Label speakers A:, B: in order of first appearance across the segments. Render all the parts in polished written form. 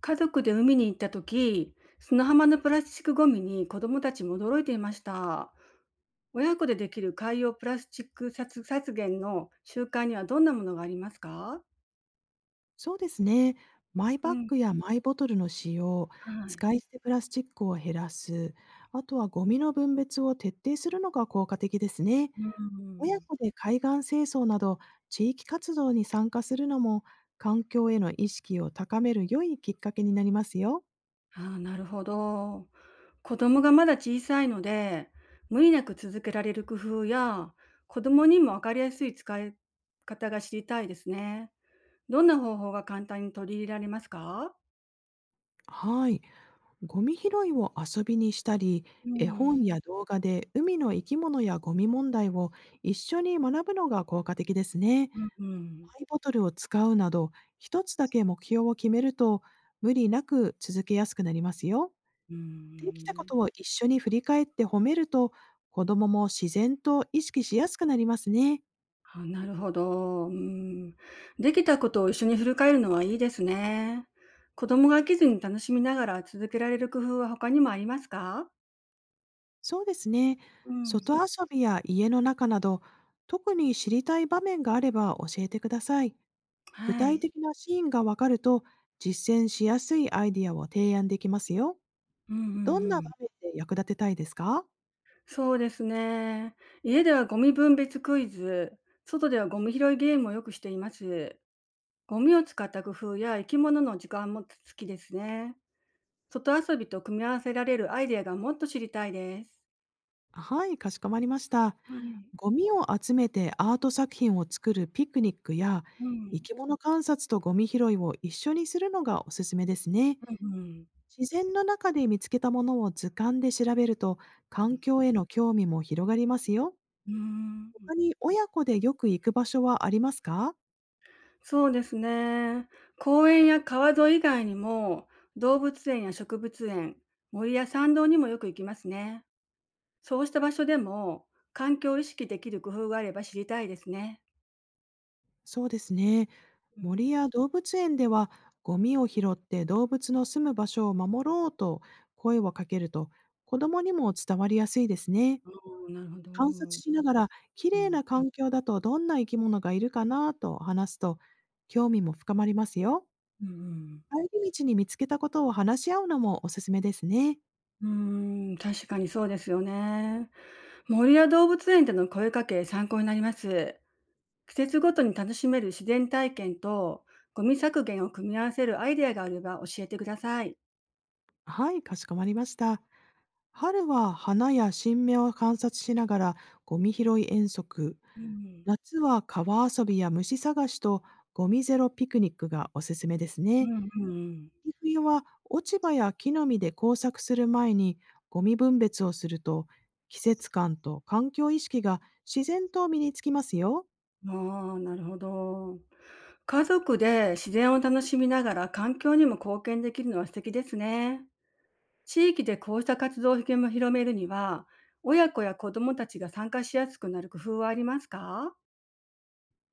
A: 家族で海に行った時、砂浜のプラスチックゴミに子どもたちも驚いていました。親子でできる海洋プラスチック殺削減の習慣にはどんなものがありますか？
B: そうですね。マイ
A: う
B: バッ
A: ん。
B: グやマイボトルの使用、
A: はい。
B: 使い捨てプラスチックを減らす、あとはゴミの分別を徹底するのが効果的ですね。
A: う
B: 親
A: ん。
B: 子で海岸清掃など地域活動に参加するのも環境への意識を高める良いきっかけになりますよ。
A: あーなるほど。子供がまだ小さいので、無理なく続けられる工夫や、子供にも分かりやすい使い方が知りたいですね。どんな方法が簡単に取り入れられますか？
B: はい。ゴミ拾いを遊びにしたり、
A: う
B: 絵
A: ん。
B: 本や動画で海の生き物やゴミ問題を一緒に学ぶのが効果的ですね。
A: うん。う
B: マ
A: ん。
B: イボトルを使うなど、一つだけ目標を決めると、無理なく続けやすくなりますよ。
A: う
B: できたこ
A: ん
B: とを一緒に振り返って褒めると、子供も自然と意識しやすくなりますね。
A: あ、なるほど。うん。できたことを一緒に振り返るのはいいですね。子供が飽きずに楽しみながら続けられる工夫は他にもありますか？
B: そうですね。
A: うん。
B: 外遊びや家の中など、特に知りたい場面があれば教えてください。具
A: は
B: 体
A: い。
B: 的なシーンがわかると、実践しやすいアイディアを提案できますよ。
A: うんうんう
B: どんな場
A: ん。
B: 面で役立てたいですか？
A: そうですね。家ではゴミ分別クイズ、外ではゴミ拾いゲームをよくしています。ゴミを使った工夫や生き物の時間も好きですね。外遊びと組み合わせられるアイデアがもっと知りたいです。
B: はい、かしこまりました。
A: はい。
B: ゴミを集めてアート作品を作るピクニックや、
A: う
B: 生
A: ん。
B: き物観察とゴミ拾いを一緒にするのがおすすめですね。
A: うんうん。
B: 自然の中で見つけたものを図鑑で調べると、環境への興味も広がりますよ。
A: うーん。
B: 他に親子でよく行く場所はありますか？
A: そうですね。公園や川沿い以外にも、動物園や植物園、森や山道にもよく行きますね。そうした場所でも、環境を意識できる工夫があれば知りたいですね。
B: そうですね。
A: うん、
B: 森や動物園では、ゴミを拾って動物の住む場所を守ろうと声をかけると、子供にも伝わりやすいですね。
A: おーなるほど。う
B: 観察
A: ん。
B: しながら、綺麗な環境だとどんな生き物がいるかなと話すと、興味も深まりますよ。
A: うんうんうん
B: 帰り道に見つけたことを話し合うのもおすすめですね。
A: うん、確かにそうですよね。森や動物園での声かけ、参考になります。季節ごとに楽しめる自然体験と、ゴミ削減を組み合わせるアイデアがあれば教えてください。
B: はい、かしこまりました。春は花や新芽を観察しながらゴミ拾い遠足、
A: うん
B: 夏は川遊びや虫探しとゴミゼロピクニックがおすすめです
A: う
B: ね。
A: んうん
B: 秋冬は落ち葉や木の実で工作する前にゴミ分別をすると、季節感と環境意識が自然と身につきますよ。
A: うん。ああ、なるほど。家族で自然を楽しみながら環境にも貢献できるのは素敵ですね。地域でこうした活動を広めるには、親子や子どもたちが参加しやすくなる工夫はありますか？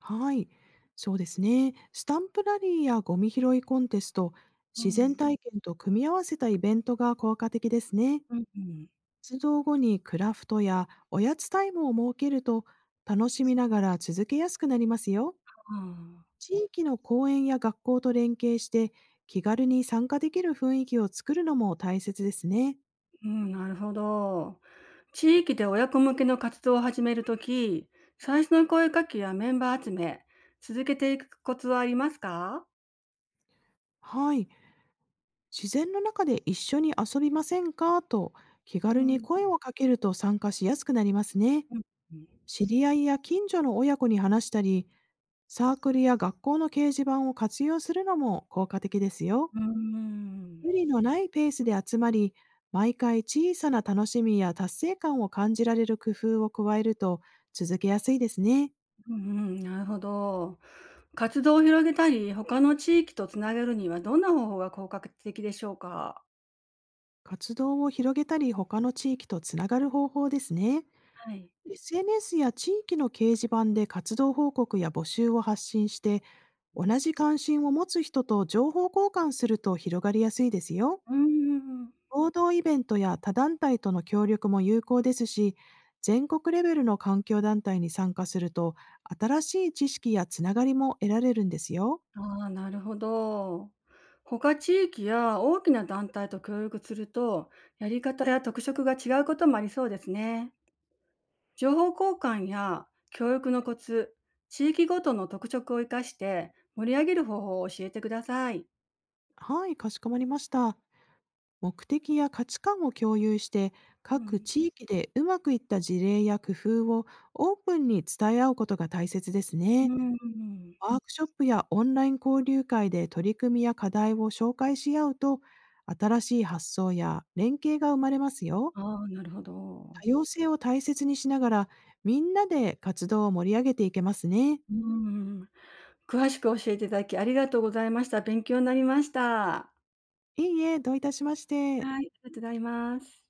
B: はい、そうですね。スタンプラリーやゴミ拾いコンテスト、
A: う
B: 自然
A: ん。
B: 体験と組み合わせたイベントが効果的ですね。
A: うんうん。
B: 活動後にクラフトやおやつタイムを設けると、楽しみながら続けやすくなりますよ。
A: ああ、
B: 地域の公園や学校と連携して、気軽に参加できる雰囲気を作るのも大切ですね。
A: うん、なるほど。地域で親子向けの活動を始めるとき、最初の声かけやメンバー集め、続けていくコツはありますか？
B: はい。自然の中で一緒に遊びませんかと気
A: う
B: 軽に
A: ん。
B: 声をかけると、参加しやすくなりますね。
A: うんうん。
B: 知り合いや近所の親子に話したり、サークルや学校の掲示板を活用するのも効果的ですよ。
A: うん。
B: 無理のないペースで集まり、毎回小さな楽しみや達成感を感じられる工夫を加えると、続けやすいですね。
A: うんうん、なるほど。活動を広げたり、他の地域とつなげるにはどんな方法が効果的でしょうか？
B: 活動を広げたり、他の地域とつながる方法ですね。
A: はい。
B: SNS や地域の掲示板で活動報告や募集を発信して、同じ関心を持つ人と情報交換すると広がりやすいですよ。
A: うんうんうん。
B: 合同イベントや他団体との協力も有効ですし、全国レベルの環境団体に参加すると、新しい知識やつながりも得られるんですよ。
A: ああ、なるほど。他地域や大きな団体と協力すると、やり方や特色が違うこともありそうですね。情報交換や教育のコツ、地域ごとの特色を生かして盛り上げる方法を教えてください。
B: はい、かしこまりました。目的や価値観を共有して、
A: う
B: 各
A: ん。
B: 地域でうまくいった事例や工夫をオープンに伝え合うことが大切です
A: う
B: ね。
A: んうんうん。
B: ワークショップやオンライン交流会で取り組みや課題を紹介し合うと、新しい発想や連携が生まれますよ。
A: ああ、なるほど。
B: 多様性を大切にしながら、みんなで活動を盛り上げていけますね。
A: うんうんうん。詳しく教えていただきありがとうございました。勉強になりました。
B: いいえ、どういたしまして。
A: はい、ありがとうございます。